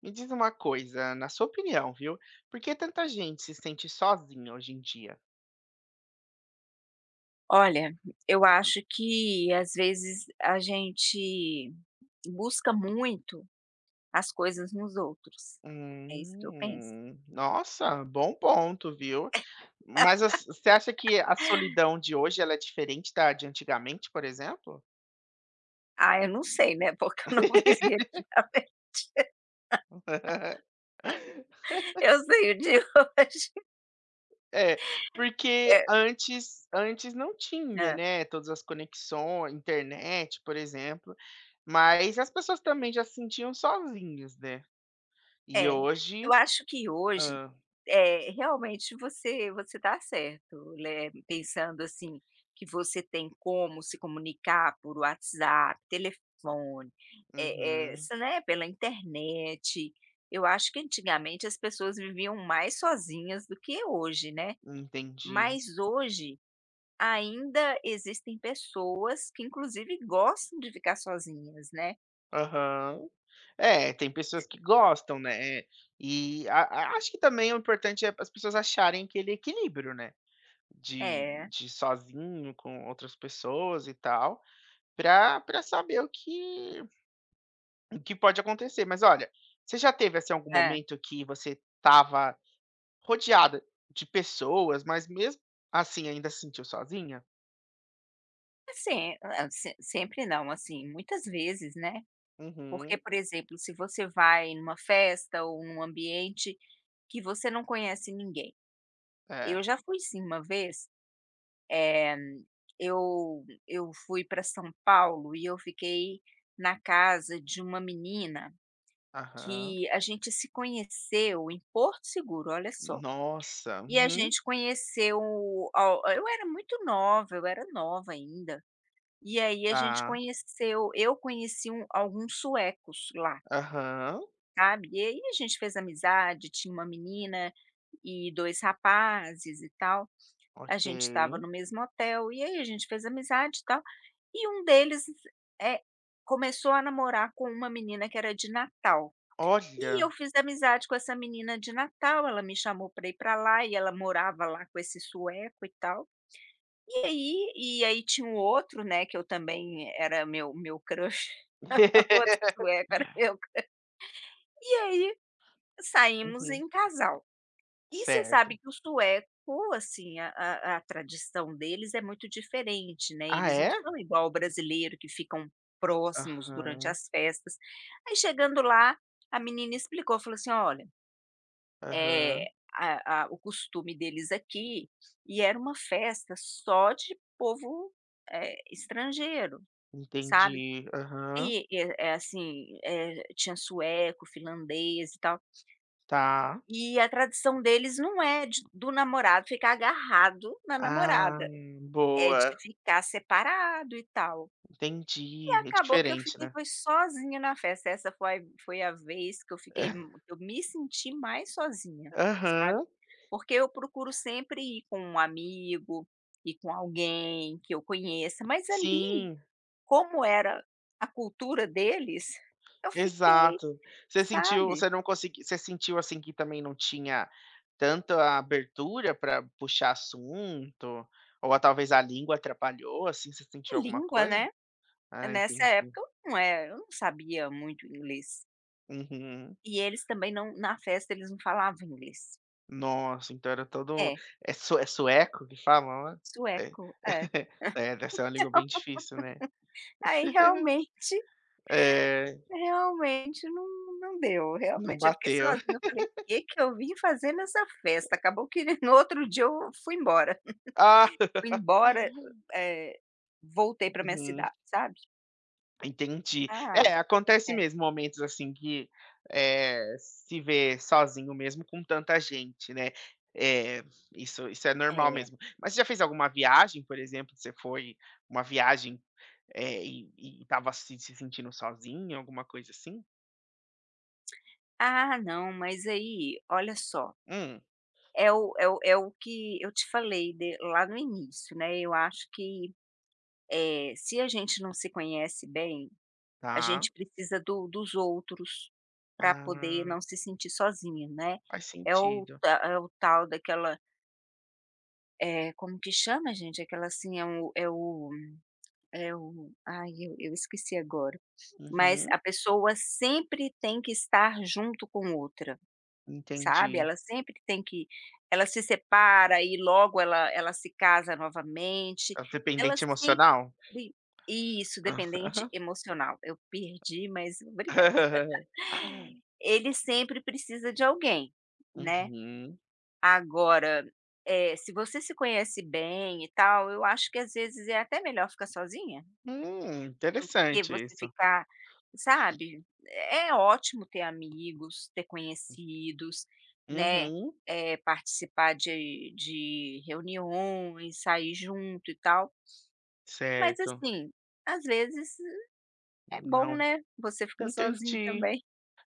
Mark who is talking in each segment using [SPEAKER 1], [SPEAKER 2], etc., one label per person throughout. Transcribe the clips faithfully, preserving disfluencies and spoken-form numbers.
[SPEAKER 1] Me diz uma coisa, na sua opinião, viu? Por que tanta gente se sente sozinha hoje em dia?
[SPEAKER 2] Olha, eu acho que às vezes a gente busca muito as coisas nos outros. É isso que eu penso.
[SPEAKER 1] Hum, nossa, bom ponto, viu? Mas as- você acha que a solidão de hoje ela é diferente da de antigamente, por exemplo?
[SPEAKER 2] Ah, eu não sei, né, porque eu não vivi. Eu sei o de hoje.
[SPEAKER 1] É, porque
[SPEAKER 2] É.
[SPEAKER 1] antes, antes não tinha,
[SPEAKER 2] É.
[SPEAKER 1] né, todas as conexões, internet, por exemplo, mas as pessoas também já se sentiam sozinhas, né? E
[SPEAKER 2] É, eu
[SPEAKER 1] hoje,
[SPEAKER 2] acho que hoje,
[SPEAKER 1] ah,
[SPEAKER 2] eh, realmente você você tá certo, né, pensando assim, que você tem como se comunicar por WhatsApp, telefone, eh eh,
[SPEAKER 1] uhum.
[SPEAKER 2] se, né, pela internet. Eu acho que antigamente as pessoas viviam mais sozinhas do que hoje, né.
[SPEAKER 1] Entendi.
[SPEAKER 2] Mas hoje ainda existem pessoas que inclusive gostam de ficar sozinhas, né.
[SPEAKER 1] Aham. É, tem pessoas que gostam, né, é, e a a acho que também o importante é as pessoas acharem aquele equilíbrio, né, de
[SPEAKER 2] É,
[SPEAKER 1] de sozinho com outras pessoas e tal, pra pra saber o que o que pode acontecer. Mas olha, você já teve, assim, algum
[SPEAKER 2] é.
[SPEAKER 1] momento que você estava rodeada de pessoas, mas mesmo assim ainda se sentiu sozinha?
[SPEAKER 2] Assim, hã, se sempre não, assim, muitas vezes, né, porque,
[SPEAKER 1] Uhum.
[SPEAKER 2] por exemplo, se você vai numa festa ou num ambiente que você não conhece ninguém.
[SPEAKER 1] É.
[SPEAKER 2] Eu já fui sim uma vez, eu eu fui para São Paulo e eu fiquei na casa de uma menina
[SPEAKER 1] Aham.
[SPEAKER 2] que a gente se conheceu em Porto Seguro, olha só.
[SPEAKER 1] Nossa.
[SPEAKER 2] E a
[SPEAKER 1] Uhum.
[SPEAKER 2] gente conheceu, ao, eu era muito nova, eu era nova ainda. E aí a gente
[SPEAKER 1] Tá.
[SPEAKER 2] conheceu, eu conheci um alguns suecos lá,
[SPEAKER 1] Aham.
[SPEAKER 2] sabe. E aí a gente fez amizade, tinha uma menina e dois rapazes e tal, a
[SPEAKER 1] Ok.
[SPEAKER 2] gente estava no mesmo hotel, e aí a gente fez amizade e tal, e um deles, é começou a namorar com uma menina que era de Natal. E
[SPEAKER 1] Olha.
[SPEAKER 2] eu fiz amizade com essa menina de Natal, ela me chamou para ir para lá e ela morava lá com esse sueco e tal. E aí e aí tinha um outro, né, que eu também era meu meu crush. Outro sueco, era eu. E aí saímos
[SPEAKER 1] Uhum.
[SPEAKER 2] em casal. E você sabe
[SPEAKER 1] Certo.
[SPEAKER 2] que o sueco, assim, a a a tradição deles é muito diferente, né,
[SPEAKER 1] Ah,
[SPEAKER 2] eles não
[SPEAKER 1] é?
[SPEAKER 2] são igual o brasileiro que ficam próximos durante
[SPEAKER 1] Aham,
[SPEAKER 2] as festas. Aí chegando lá, a menina explicou, falou assim: "Olha, é
[SPEAKER 1] aham.
[SPEAKER 2] a a o costume deles aqui", e era uma festa só de povo, eh, estrangeiro, sabe.
[SPEAKER 1] Entendi. Aham.
[SPEAKER 2] E, é eh, assim, eh, tinha sueco, finlandês e tal.
[SPEAKER 1] Tá.
[SPEAKER 2] E a tradição deles não é de do namorado ficar agarrado na
[SPEAKER 1] Ah,
[SPEAKER 2] namorada, é de
[SPEAKER 1] boa.
[SPEAKER 2] ficar separado e tal. E
[SPEAKER 1] Entendi. É
[SPEAKER 2] acabou que eu
[SPEAKER 1] diferente,
[SPEAKER 2] fiquei
[SPEAKER 1] né.
[SPEAKER 2] foi sozinha na festa, essa foi foi a vez que eu fiquei mu- que eu me senti mais sozinha, sabe.
[SPEAKER 1] Aham.
[SPEAKER 2] Porque eu procuro sempre ir com um amigo, e com alguém que eu conheça, mas ali,
[SPEAKER 1] Sim,
[SPEAKER 2] como era a cultura deles, eu fiquei,
[SPEAKER 1] exato. Você sentiu
[SPEAKER 2] sabe.
[SPEAKER 1] você não conseguiu? Você sentiu, assim, que também não tinha tanta abertura para puxar assunto? Ou a talvez a língua atrapalhou, assim, você sentiu
[SPEAKER 2] É
[SPEAKER 1] alguma
[SPEAKER 2] língua,
[SPEAKER 1] coisa?
[SPEAKER 2] né.
[SPEAKER 1] Ah,
[SPEAKER 2] Nessa
[SPEAKER 1] entendi.
[SPEAKER 2] época eu não é eu não sabia muito inglês.
[SPEAKER 1] Uhum.
[SPEAKER 2] E eles também não, na festa eles não falavam inglês.
[SPEAKER 1] Nossa, então era todo um
[SPEAKER 2] É,
[SPEAKER 1] é sue é sueco que falam lá? É.
[SPEAKER 2] sueco, é.
[SPEAKER 1] É, deve ser uma língua bem difícil, né.
[SPEAKER 2] Aí realmente,
[SPEAKER 1] É,
[SPEAKER 2] realmente não não deu,
[SPEAKER 1] não
[SPEAKER 2] realmente eu fiquei
[SPEAKER 1] bateu.
[SPEAKER 2] sozinha, eu falei: o "Que que eu vim fazer nessa festa?". Acabou que no outro dia eu fui embora.
[SPEAKER 1] Ah,
[SPEAKER 2] Fui embora, eh, voltei para minha
[SPEAKER 1] uhum,
[SPEAKER 2] cidade, sabe.
[SPEAKER 1] entendi.
[SPEAKER 2] Ah,
[SPEAKER 1] É, acontece
[SPEAKER 2] é.
[SPEAKER 1] mesmo momentos, assim, que, eh, se vê sozinho mesmo com tanta gente, né. Eh, isso isso é normal
[SPEAKER 2] É.
[SPEAKER 1] mesmo. Mas você já fez alguma viagem, por exemplo, você foi uma viagem, eh, e e estava se se sentindo sozinho, alguma coisa assim?
[SPEAKER 2] "Ah não, mas aí, olha só,
[SPEAKER 1] Hum,
[SPEAKER 2] É o é o é o que eu te falei de lá no início, né, eu acho que, eh, se a gente não se conhece bem, a
[SPEAKER 1] tá.
[SPEAKER 2] gente precisa do dos outros para poder
[SPEAKER 1] Ah.
[SPEAKER 2] não se sentir sozinho, né.
[SPEAKER 1] Faz
[SPEAKER 2] É o
[SPEAKER 1] sentido.
[SPEAKER 2] ta é o tal daquela, eh, como que chama, gente? Aquela assim, é o é o é o ai, eu eu esqueci agora. Mas
[SPEAKER 1] Uhum,
[SPEAKER 2] a pessoa sempre tem que estar junto com outra. Sabe,
[SPEAKER 1] entendi.
[SPEAKER 2] ela sempre tem que, ela se separa e logo ela ela se casa novamente,
[SPEAKER 1] É o
[SPEAKER 2] ela
[SPEAKER 1] dependente
[SPEAKER 2] sempre,
[SPEAKER 1] emocional?
[SPEAKER 2] isso, dependente
[SPEAKER 1] Aham.
[SPEAKER 2] emocional. Eu perdi, mas obrigada. Ele sempre precisa de alguém, né.
[SPEAKER 1] Uhum.
[SPEAKER 2] Agora, eh, se você se conhece bem e tal, eu acho que às vezes é até melhor ficar sozinha
[SPEAKER 1] Hum,
[SPEAKER 2] do que
[SPEAKER 1] interessante
[SPEAKER 2] você
[SPEAKER 1] isso.
[SPEAKER 2] ficar, sabe, é ótimo ter amigos, ter conhecidos, né,
[SPEAKER 1] Uhum,
[SPEAKER 2] eh, participar de de reuniões, sair junto e tal, mas
[SPEAKER 1] certo.
[SPEAKER 2] assim, às vezes é bom,
[SPEAKER 1] Não,
[SPEAKER 2] né, você ficar sozinho
[SPEAKER 1] entendi,
[SPEAKER 2] também.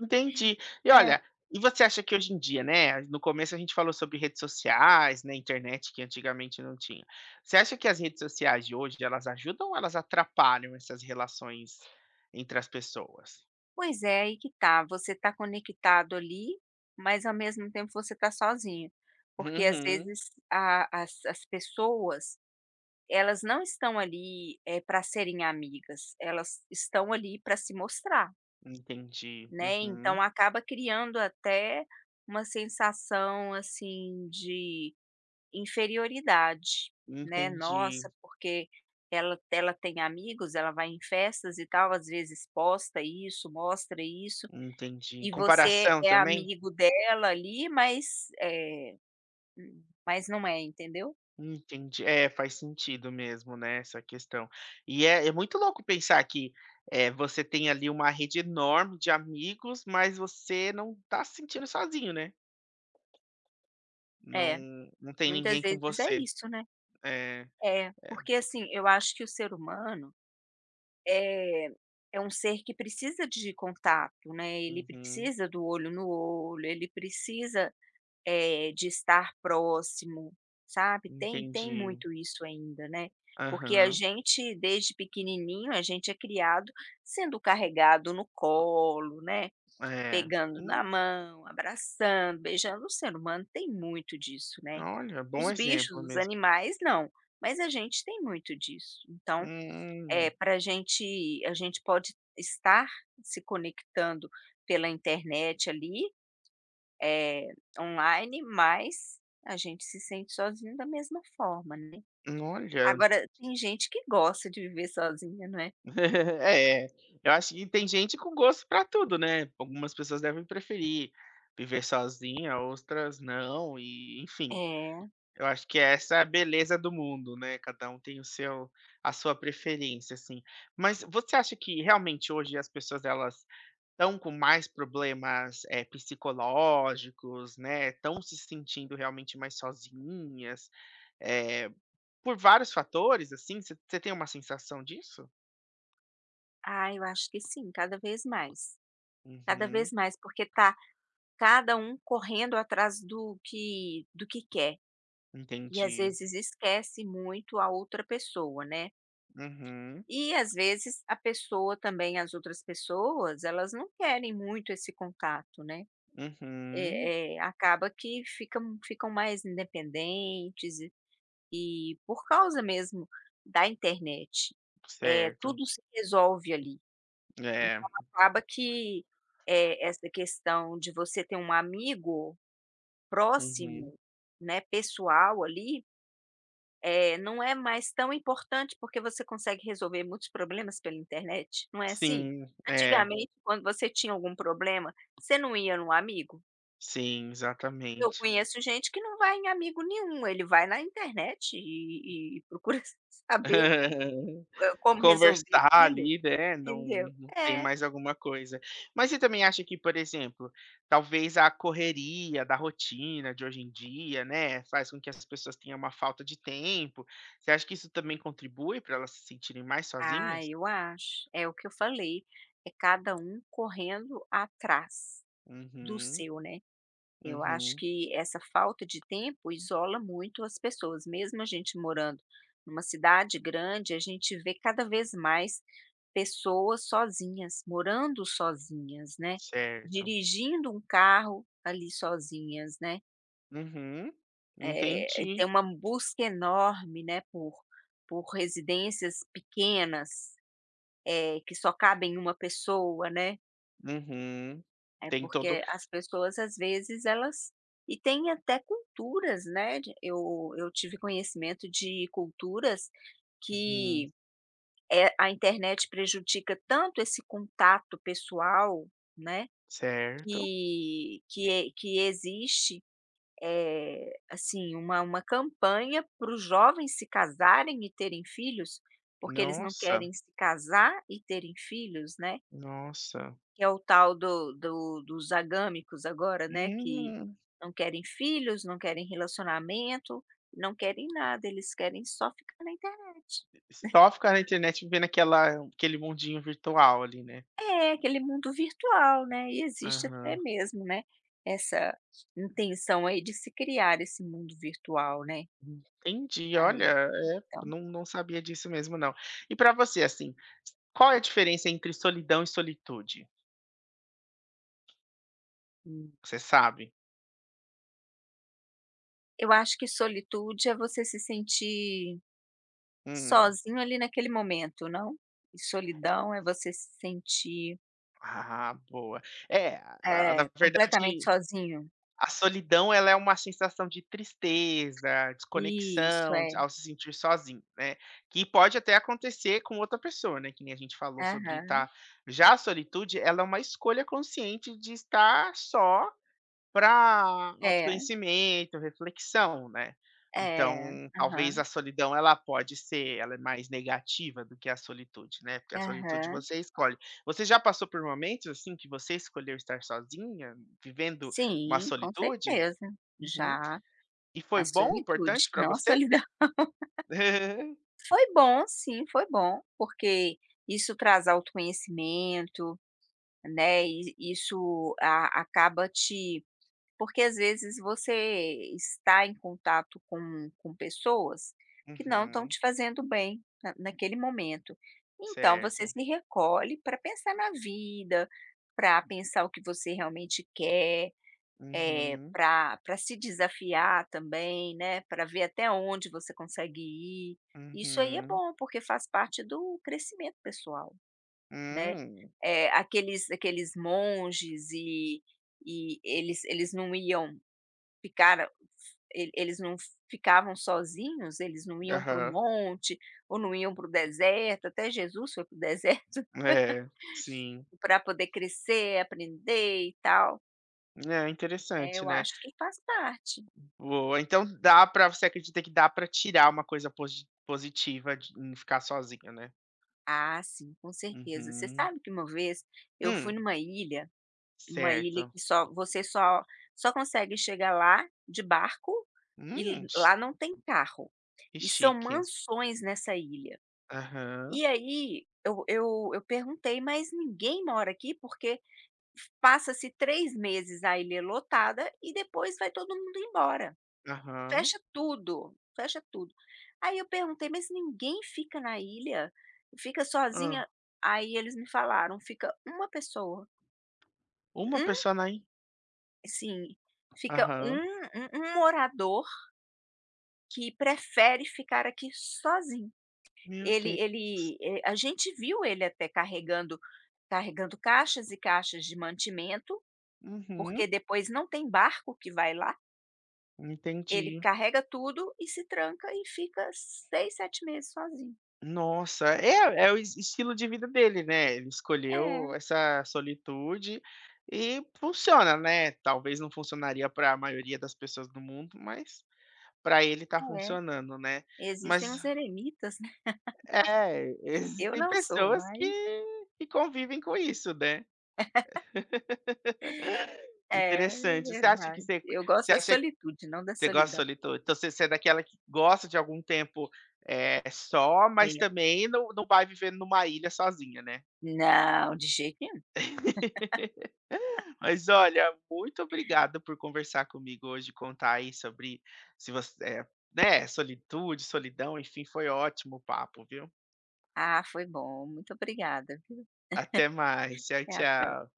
[SPEAKER 1] entendi. E olha, e você acha que hoje em dia, né, no começo a gente falou sobre redes sociais, né, internet que antigamente não tinha. Você acha que as redes sociais de hoje, elas ajudam ou elas atrapalham essas relações entre as pessoas?
[SPEAKER 2] Pois é, aí que tá, você tá conectado ali, mas ao mesmo tempo você tá sozinho, porque às
[SPEAKER 1] Uhum.
[SPEAKER 2] vezes a as as pessoas, elas não estão ali, eh, para serem amigas, elas estão ali para se mostrar,
[SPEAKER 1] Entendi,
[SPEAKER 2] né,
[SPEAKER 1] uhum.
[SPEAKER 2] então acaba criando até uma sensação, assim, de inferioridade, né.
[SPEAKER 1] Entendi,
[SPEAKER 2] Nossa, porque ela ela tem amigos, ela vai em festas e tal, às vezes posta isso, mostra isso,
[SPEAKER 1] entendi.
[SPEAKER 2] e você
[SPEAKER 1] Comparação
[SPEAKER 2] é
[SPEAKER 1] também?
[SPEAKER 2] amigo dela ali, mas, eh, mas não é, entendeu?
[SPEAKER 1] Entendi. É, faz sentido mesmo, né, essa questão. E é é muito louco pensar que, eh, você tem ali uma rede enorme de amigos, mas você não tá se sentindo sozinho, né.
[SPEAKER 2] É,
[SPEAKER 1] Não não tem
[SPEAKER 2] muitas
[SPEAKER 1] ninguém com
[SPEAKER 2] vezes é
[SPEAKER 1] você.
[SPEAKER 2] isso, né.
[SPEAKER 1] É,
[SPEAKER 2] É,
[SPEAKER 1] é.
[SPEAKER 2] porque assim, eu acho que o ser humano é é um ser que precisa de contato, né, ele
[SPEAKER 1] Uhum.
[SPEAKER 2] precisa do olho no olho, ele precisa, eh, de estar próximo, sabe, tem tem
[SPEAKER 1] Entendi.
[SPEAKER 2] muito isso ainda, né, porque a
[SPEAKER 1] Aham.
[SPEAKER 2] gente desde pequenininho, a gente é criado sendo carregado no colo, né,
[SPEAKER 1] É.
[SPEAKER 2] pegando
[SPEAKER 1] Hum,
[SPEAKER 2] na mão, abraçando, beijando, o ser humano tem muito disso, né.
[SPEAKER 1] olha, bom
[SPEAKER 2] Os bichos,
[SPEAKER 1] exemplo
[SPEAKER 2] os
[SPEAKER 1] mesmo.
[SPEAKER 2] animais não, mas a gente tem muito disso. Então, é,
[SPEAKER 1] Hum,
[SPEAKER 2] para a gente a gente pode estar se conectando pela internet ali, eh, online, mas a gente se sente sozinho da mesma forma, né.
[SPEAKER 1] olha.
[SPEAKER 2] Agora tem gente que gosta de viver sozinha, não é?
[SPEAKER 1] É, eu acho que tem gente com gosto pra tudo, né. Algumas pessoas devem preferir viver sozinha, outras não e enfim,
[SPEAKER 2] É.
[SPEAKER 1] eu acho que essa é a beleza do mundo, né, cada um tem o seu a sua preferência, assim. Mas você acha que realmente hoje as pessoas elas estão com mais problemas, eh, psicológicos, né, estão se sentindo realmente mais sozinhas, eh, por vários fatores, assim, você você tem uma sensação disso?
[SPEAKER 2] Ah, eu acho que sim, cada vez mais. Cada vez
[SPEAKER 1] Uhum.
[SPEAKER 2] mais, porque tá cada um correndo atrás do que do que quer. E às
[SPEAKER 1] Entendi.
[SPEAKER 2] vezes esquece muito a outra pessoa, né.
[SPEAKER 1] Uhum,
[SPEAKER 2] E às vezes a pessoa também, as outras pessoas, elas não querem muito esse contato, né.
[SPEAKER 1] uhum.
[SPEAKER 2] Eh eh, acaba que ficam ficam mais independentes e e por causa mesmo da internet, é
[SPEAKER 1] Certo.
[SPEAKER 2] tudo se resolve ali.
[SPEAKER 1] É.
[SPEAKER 2] Acaba que, eh, essa questão de você ter um amigo
[SPEAKER 1] Uhum.
[SPEAKER 2] próximo, né, pessoal ali. Eh, não é mais tão importante, porque você consegue resolver muitos problemas pela internet, não é assim?
[SPEAKER 1] Sim, é.
[SPEAKER 2] Antigamente, quando você tinha algum problema, você não ia num amigo?
[SPEAKER 1] Sim,
[SPEAKER 2] Eu
[SPEAKER 1] exatamente.
[SPEAKER 2] conheço gente que não vai em amigo nenhum, ele vai na internet e e procura saber, hã, como resolver
[SPEAKER 1] Conversar
[SPEAKER 2] aquilo,
[SPEAKER 1] ali, né, não
[SPEAKER 2] entendeu?
[SPEAKER 1] não tem
[SPEAKER 2] É.
[SPEAKER 1] mais alguma coisa. Mas você também acha que, por exemplo, talvez a correria da rotina de hoje em dia, né, faz com que as pessoas tenham uma falta de tempo. Você acha que isso também contribui para elas se sentirem mais
[SPEAKER 2] Ah,
[SPEAKER 1] sozinhas?
[SPEAKER 2] eu acho. É o que eu falei, é cada um correndo atrás do
[SPEAKER 1] Uhum,
[SPEAKER 2] seu, né? Eu acho
[SPEAKER 1] uhum.
[SPEAKER 2] que essa falta de tempo isola muito as pessoas, mesmo a gente morando numa cidade grande, a gente vê cada vez mais pessoas sozinhas, morando sozinhas, né,
[SPEAKER 1] Certo.
[SPEAKER 2] dirigindo um carro ali sozinhas, né,
[SPEAKER 1] Uhum,
[SPEAKER 2] eh, tem
[SPEAKER 1] entendi.
[SPEAKER 2] uma busca enorme, né, por por residências pequenas, eh, que só cabem uma pessoa, né.
[SPEAKER 1] Uhum.
[SPEAKER 2] É
[SPEAKER 1] Tem todo
[SPEAKER 2] porque as pessoas às vezes elas, e tem até culturas, né, de eu eu tive conhecimento de culturas
[SPEAKER 1] uhum,
[SPEAKER 2] que, eh, a internet prejudica tanto esse contato pessoal, né,
[SPEAKER 1] certo.
[SPEAKER 2] que que e que existe, eh, assim, uma uma campanha para os jovens se casarem e terem filhos, porque eles não
[SPEAKER 1] Nossa,
[SPEAKER 2] querem se casar e terem filhos, né.
[SPEAKER 1] nossa.
[SPEAKER 2] Que é o tal do do dos agâmicos agora, né, que
[SPEAKER 1] Hum,
[SPEAKER 2] não querem filhos, não querem relacionamento, não querem nada, eles querem só ficar na internet.
[SPEAKER 1] só ficar na internet vivendo aquela aquele mundinho virtual ali, né.
[SPEAKER 2] É, aquele mundo virtual, né, e existe até
[SPEAKER 1] Aham.
[SPEAKER 2] mesmo, né, essa intenção aí de se criar esse mundo virtual, né.
[SPEAKER 1] Entendi,
[SPEAKER 2] Aí,
[SPEAKER 1] olha, é,
[SPEAKER 2] então.
[SPEAKER 1] não não sabia disso mesmo não. E pra você, assim, qual é a diferença entre solidão e solitude?
[SPEAKER 2] Hum.
[SPEAKER 1] Você sabe?
[SPEAKER 2] Eu acho que solitude é você se sentir
[SPEAKER 1] Hum.
[SPEAKER 2] sozinho ali naquele momento, não? E solidão é você se sentir,
[SPEAKER 1] Ah, boa. É, a a na
[SPEAKER 2] eh, completamente
[SPEAKER 1] verdade
[SPEAKER 2] sozinho?
[SPEAKER 1] a solidão ela é uma sensação de tristeza,
[SPEAKER 2] Isso,
[SPEAKER 1] desconexão, de
[SPEAKER 2] é.
[SPEAKER 1] ao se sentir sozinho, né, que pode até acontecer com outra pessoa, né, que nem a gente falou sobre
[SPEAKER 2] Aham.
[SPEAKER 1] tá. Já a solitude, ela é uma escolha consciente de estar só para
[SPEAKER 2] É,
[SPEAKER 1] autoconhecimento, reflexão, né.
[SPEAKER 2] é.
[SPEAKER 1] Então, talvez
[SPEAKER 2] Aham,
[SPEAKER 1] a solidão ela pode ser ela é mais negativa do que a solitude, né, porque a solitude
[SPEAKER 2] aham.
[SPEAKER 1] você escolhe. Você já passou por momentos, assim, que você escolheu estar sozinha, vivendo uma
[SPEAKER 2] Sim, com
[SPEAKER 1] solitude?
[SPEAKER 2] certeza.
[SPEAKER 1] Uhum.
[SPEAKER 2] Já.
[SPEAKER 1] E foi
[SPEAKER 2] A
[SPEAKER 1] bom,
[SPEAKER 2] solitude,
[SPEAKER 1] importante para
[SPEAKER 2] não a
[SPEAKER 1] você?
[SPEAKER 2] solidão. Foi bom sim, foi bom, porque isso traz autoconhecimento, né, e isso a acaba te. Porque às vezes você está em contato com com pessoas que não estão
[SPEAKER 1] Uhum.
[SPEAKER 2] te fazendo bem na naquele momento. Então você
[SPEAKER 1] Certo.
[SPEAKER 2] se recolhe para pensar na vida, para pensar o que você realmente quer, eh,
[SPEAKER 1] Uhum.
[SPEAKER 2] para para se desafiar também, né, para ver até onde você consegue ir. Isso aí é
[SPEAKER 1] Uhum.
[SPEAKER 2] bom, porque faz parte do crescimento pessoal, né.
[SPEAKER 1] Hum.
[SPEAKER 2] Eh, aqueles aqueles monges e e eles eles não iam. Ficaram, ele eles não ficavam sozinhos, eles não iam para o
[SPEAKER 1] Aham.
[SPEAKER 2] monte ou não iam para o deserto, até Jesus foi para o deserto
[SPEAKER 1] É, sim.
[SPEAKER 2] para poder crescer, aprender e tal,
[SPEAKER 1] É,
[SPEAKER 2] né,
[SPEAKER 1] interessante,
[SPEAKER 2] eu
[SPEAKER 1] né.
[SPEAKER 2] acho que faz parte.
[SPEAKER 1] Boa, então dá pra você acredita que dá pra tirar uma coisa posi positiva de em ficar sozinho, né?
[SPEAKER 2] Ah, sim, com certeza. Você
[SPEAKER 1] Uhum.
[SPEAKER 2] sabe que uma vez eu fui
[SPEAKER 1] Hum,
[SPEAKER 2] numa ilha, uma ilha
[SPEAKER 1] certo.
[SPEAKER 2] que só você só só consegue chegar lá de barco e
[SPEAKER 1] Hum, chi
[SPEAKER 2] lá não tem carro,
[SPEAKER 1] que
[SPEAKER 2] e são
[SPEAKER 1] chique.
[SPEAKER 2] mansões nessa ilha.
[SPEAKER 1] Aham,
[SPEAKER 2] E aí eu eu eu perguntei: "Mas ninguém mora aqui? Porque passa-se três meses a ilha lotada e depois vai todo mundo embora.
[SPEAKER 1] aham.
[SPEAKER 2] Fecha tudo, fecha tudo". Aí eu perguntei: "Mas ninguém fica na ilha? Fica
[SPEAKER 1] Hã.
[SPEAKER 2] sozinha?" Aí eles me falaram: "Fica uma pessoa,
[SPEAKER 1] Uma
[SPEAKER 2] um,
[SPEAKER 1] pessoa na in
[SPEAKER 2] sim, fica um
[SPEAKER 1] aham.
[SPEAKER 2] um um morador que prefere ficar aqui sozinho".
[SPEAKER 1] Meu
[SPEAKER 2] Ele
[SPEAKER 1] Deus.
[SPEAKER 2] ele, eh, a gente viu ele até carregando, carregando caixas e caixas de mantimento,
[SPEAKER 1] Uhum,
[SPEAKER 2] porque depois não tem barco que vai lá, ele
[SPEAKER 1] entendi.
[SPEAKER 2] carrega tudo e se tranca e fica seis, sete meses sozinho.
[SPEAKER 1] Nossa, é é o es estilo de vida dele, né, ele escolheu
[SPEAKER 2] É,
[SPEAKER 1] essa solitude e funciona, né, talvez não funcionaria pra maioria das pessoas do mundo, mas para ele tá
[SPEAKER 2] é.
[SPEAKER 1] funcionando, né.
[SPEAKER 2] Existem
[SPEAKER 1] Mas
[SPEAKER 2] os eremitas, né.
[SPEAKER 1] é,
[SPEAKER 2] Eu
[SPEAKER 1] existem
[SPEAKER 2] não sou,
[SPEAKER 1] pessoas
[SPEAKER 2] mas
[SPEAKER 1] que que convivem com isso, né.
[SPEAKER 2] é
[SPEAKER 1] Interessante. Você acha que
[SPEAKER 2] verdade.
[SPEAKER 1] você
[SPEAKER 2] Eu gosto
[SPEAKER 1] você
[SPEAKER 2] da
[SPEAKER 1] acha que
[SPEAKER 2] solitude, não da
[SPEAKER 1] você gosta
[SPEAKER 2] solidão.
[SPEAKER 1] solitou então você você é daquela que gosta de algum tempo, é só, mas
[SPEAKER 2] É.
[SPEAKER 1] também não não vai viver numa ilha sozinha, né.
[SPEAKER 2] Não, de jeito nenhum.
[SPEAKER 1] Mas olha, muito obrigado por conversar comigo hoje, contar aí sobre se você eh, né, solitude, solidão, enfim, foi ótimo o papo, viu.
[SPEAKER 2] Ah, foi bom. Muito obrigada, viu.
[SPEAKER 1] Até mais. Tchau,
[SPEAKER 2] Até a pró
[SPEAKER 1] tchau.